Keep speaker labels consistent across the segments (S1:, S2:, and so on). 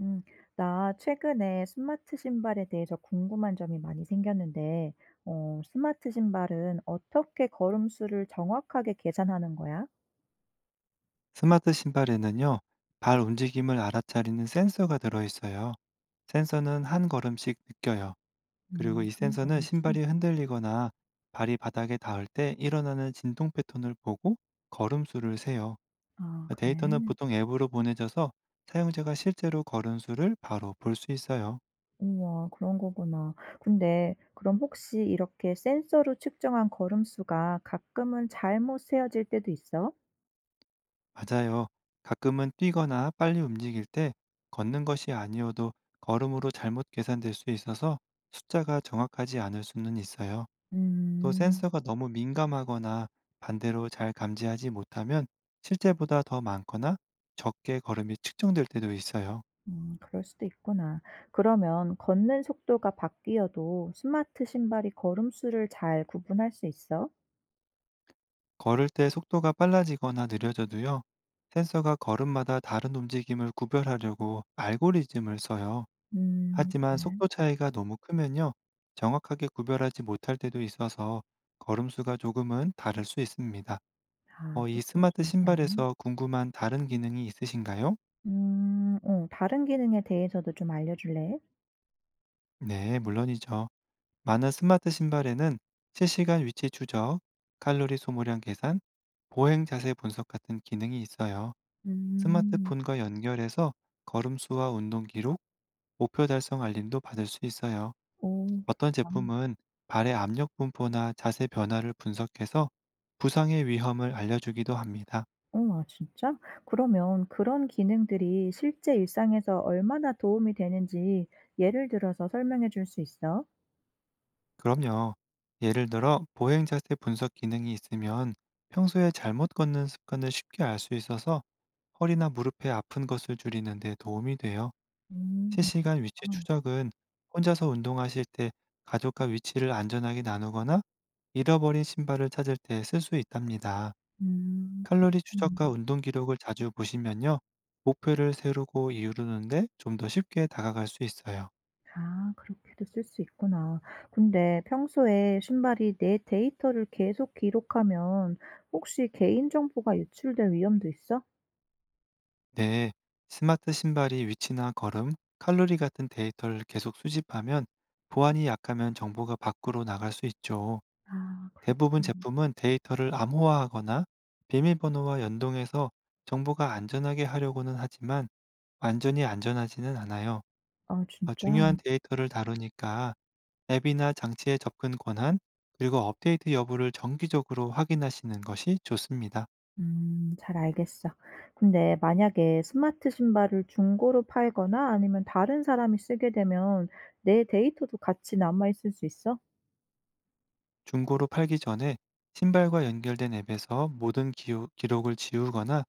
S1: 음, 나 최근에 스마트 신발에 대해서 궁금한 점이 많이 생겼는데, 스마트 신발은 어떻게 걸음수를 정확하게 계산하는 거야?
S2: 스마트 신발에는요, 발 움직임을 알아차리는 센서가 들어있어요. 센서는 한 걸음씩 느껴요. 그리고 이
S1: 한
S2: 센서는
S1: 걸음씩?
S2: 신발이 흔들리거나 발이 바닥에 닿을 때 일어나는 진동 패턴을 보고 걸음수를 세요.
S1: 아, 그래.
S2: 데이터는 보통 앱으로 보내져서 사용자가 실제로 걸음수를 바로 볼 수 있어요.
S1: 우와, 그런 거구나. 근데 그럼 혹시 이렇게 센서로 측정한 걸음수가 가끔은 잘못 세어질 때도 있어?
S2: 맞아요. 가끔은 뛰거나 빨리 움직일 때 걷는 것이 아니어도 걸음으로 잘못 계산될 수 있어서 숫자가 정확하지 않을 수는 있어요. 또
S1: 음,
S2: 센서가 너무 민감하거나 반대로 잘 감지하지 못하면 실제보다 더 많거나 적게 걸음이 측정될 때도 있어요.
S1: 그럴 수도 있구나. 그러면 걷는 속도가 바뀌어도 스마트 신발이 걸음수를 잘 구분할 수 있어?
S2: 걸을 때 속도가 빨라지거나 느려져도요. 센서가 걸음마다 다른 움직임을 구별하려고 알고리즘을 써요. 하지만
S1: 그래?
S2: 속도 차이가 너무 크면요. 정확하게 구별하지 못할 때도 있어서 걸음수가 조금은 다를 수 있습니다.
S1: 아
S2: 이
S1: 속쓰
S2: 스마트
S1: 림 때문에?
S2: 신발에서 궁금한 다른 기능이 있으신가요?
S1: 다른 기능에 대해서도 좀 알려줄래?
S2: 네, 물론이죠. 많은 스마트 신발에는 실시간 위치 추적, 칼로리 소모량 계산, 보행 자세 분석 같은 기능이 있어요.
S1: 음.
S2: 스마트폰과 연결해서 걸음수와 운동 기록, 목표 달성 알림도 받을 수 있어요.
S1: 오
S2: 어떤
S1: 좋다.
S2: 제품은 발의 압력 분포나 자세 변화를 분석해서 부상의 위험을 알려주기도 합니다.
S1: 아 진짜? 그러면 그런 기능들이 실제 일상에서 얼마나 도움이 되는지 예를 들어서 설명해 줄 수 있어?
S2: 그럼요. 예를 들어 보행 자세 분석 기능이 있으면 평소에 잘못 걷는 습관을 쉽게 알 수 있어서 허리나 무릎에 아픈 것을 줄이는 데 도움이 돼요.
S1: 음
S2: 실시간 위치
S1: 그렇구나.
S2: 추적은 혼자서 운동하실 때 가족과 위치를 안전하게 나누거나 잃어버린 신발을 찾을 때 쓸 수 있답니다. 칼로리
S1: 그렇구나.
S2: 추적과 운동 기록을 자주 보시면요. 목표를 세우고 이루는데 좀 더 쉽게 다가갈 수 있어요.
S1: 아 그렇게도 쓸 수 있구나. 근데 평소에 신발이 내 데이터를 계속 기록하면 혹시 개인정보가 유출될 위험도 있어?
S2: 네. 스마트 신발이 위치나 걸음, 칼로리 같은 데이터를 계속 수집하면 보안이 약하면 정보가 밖으로 나갈 수 있죠.
S1: 아 그렇군요.
S2: 대부분 제품은 데이터를 암호화하거나 비밀번호와 연동해서 정보가 안전하게 하려고는 하지만 완전히 안전하지는 않아요.
S1: 아 진짜?
S2: 중요한 데이터를 다루니까 앱이나 장치의 접근 권한, 그리고 업데이트 여부를 정기적으로 확인하시는 것이 좋습니다.
S1: 잘 알겠어. 근데 만약에 스마트 신발을 중고로 팔거나 아니면 다른 사람이 쓰게 되면 내 데이터도 같이 남아 있을 수 있어?
S2: 중고로 팔기 전에 신발과 연결된 앱에서 모든 기록을 지우거나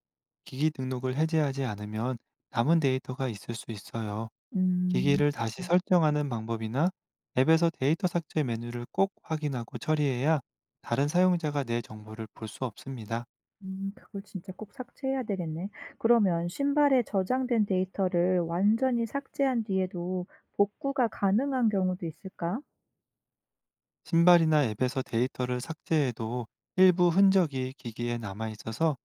S2: 기기 등록을 해제하지 않으면 남은 데이터가 있을 수 있어요.
S1: 음.
S2: 기기를 다시 설정하는 방법이나 앱에서 데이터 삭제 메뉴를 꼭 확인하고 처리해야 다른 사용자가 내 정보를 볼 수 없습니다.
S1: 그걸 진짜 꼭 삭제해야 되겠네. 그러면 신발에 저장된 데이터를 완전히 삭제한 뒤에도 복구가 가능한 경우도 있을까?
S2: 신발이나 앱에서 데이터를 삭제해도 일부 흔적이 기기에 남아 있어서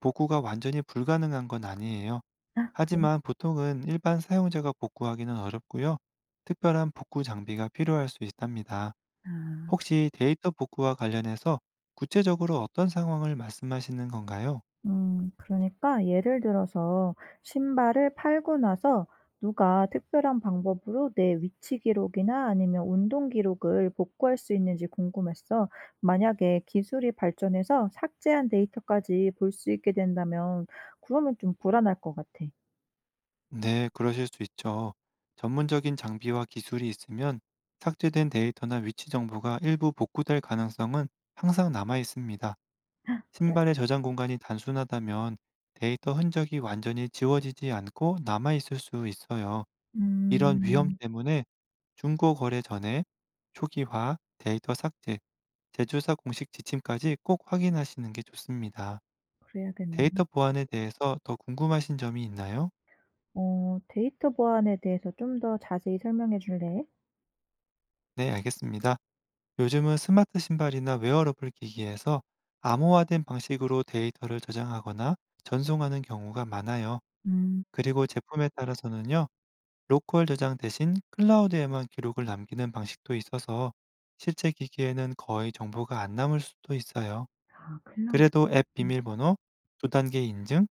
S2: 복구가 완전히 불가능한 건 아니에요.
S1: 아 그래?
S2: 하지만 보통은 일반 사용자가 복구하기는 어렵고요. 특별한 복구 장비가 필요할 수 있답니다.
S1: 아.
S2: 혹시 데이터 복구와 관련해서 구체적으로 어떤 상황을 말씀하시는 건가요?
S1: 그러니까 예를 들어서 신발을 팔고 나서 누가 특별한 방법으로 내 위치 기록이나 아니면 운동 기록을 복구할 수 있는지 궁금했어. 만약에 기술이 발전해서 삭제한 데이터까지 볼 수 있게 된다면 그러면 좀 불안할 것 같아.
S2: 네, 그러실 수 있죠. 전문적인 장비와 기술이 있으면 삭제된 데이터나 위치 정보가 일부 복구될 가능성은 항상 남아 있습니다.
S1: 그래.
S2: 신발의 저장 공간이 단순하다면 데이터 흔적이 완전히 지워지지 않고 남아 있을 수 있어요. 이런 위험
S1: 음,
S2: 때문에 중고 거래 전에 초기화, 데이터 삭제, 제조사 공식 지침까지 꼭 확인하시는 게 좋습니다.
S1: 그래야겠네.
S2: 데이터 보안에 대해서 더 궁금하신 점이 있나요?
S1: 데이터 보안에 대해서 좀 더 자세히 설명해 줄래?
S2: 네, 알겠습니다. 요즘은 스마트 신발이나 웨어러블 기기에서 암호화된 방식으로 데이터를 저장하거나 전송하는 경우가 많아요.
S1: 음,
S2: 그리고 제품에 따라서는요, 로컬 저장 대신 클라우드에만 기록을 남기는 방식도 있어서 실제 기기에는 거의 정보가 안 남을 수도 있어요.
S1: 아, 클라우드.
S2: 그래도 앱
S1: 음,
S2: 비밀번호, 두 단계 인증,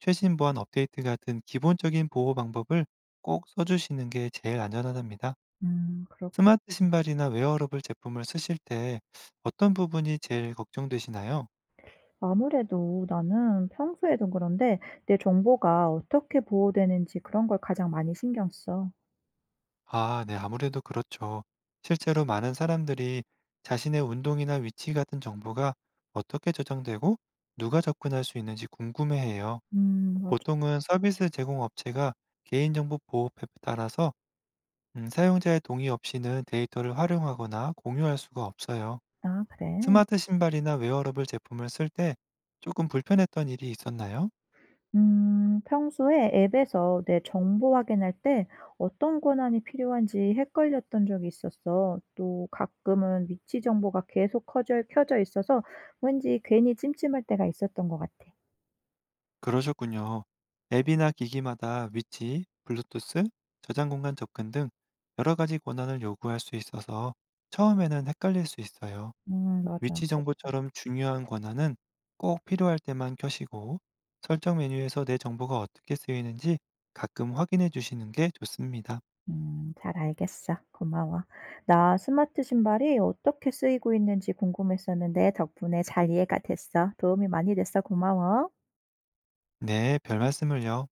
S2: 최신 보안 업데이트 같은 기본적인 보호 방법을 꼭 써주시는 게 제일 안전하답니다.
S1: 그렇구나.
S2: 스마트 신발이나 웨어러블 제품을 쓰실 때 어떤 부분이 제일 걱정되시나요?
S1: 아무래도 나는 평소에도 그런데 내 정보가 어떻게 보호되는지 그런 걸 가장 많이 신경 써.
S2: 아, 네, 아무래도 그렇죠. 실제로 많은 사람들이 자신의 운동이나 위치 같은 정보가 어떻게 저장되고 누가 접근할 수 있는지 궁금해해요.
S1: 맞아.
S2: 보통은 서비스 제공 업체가 개인정보 보호법에 따라서 사용자의 동의 없이는 데이터를 활용하거나 공유할 수가 없어요.
S1: 아, 그래.
S2: 스마트 신발이나 웨어러블 제품을 쓸 때 조금 불편했던 일이 있었나요?
S1: 평소에 앱에서 내 정보 확인할 때 어떤 권한이 필요한지 헷갈렸던 적이 있었어. 또 가끔은 위치 정보가 계속 켜져 있어서 왠지 괜히 찜찜할 때가 있었던 것 같아.
S2: 그러셨군요. 앱이나 기기마다 위치, 블루투스, 저장 공간 접근 등 여러 가지 권한을 요구할 수 있어서 처음에는 헷갈릴 수 있어요.
S1: 맞아.
S2: 위치 정보처럼 중요한 권한은 꼭 필요할 때만 켜시고 설정 메뉴에서 내 정보가 어떻게 쓰이는지 가끔 확인해 주시는 게 좋습니다.
S1: 잘 알겠어. 고마워. 나 스마트 신발이 어떻게 쓰이고 있는지 궁금했었는데 덕분에 잘 이해가 됐어. 도움이 많이 됐어. 고마워.
S2: 네, 별 말씀을요.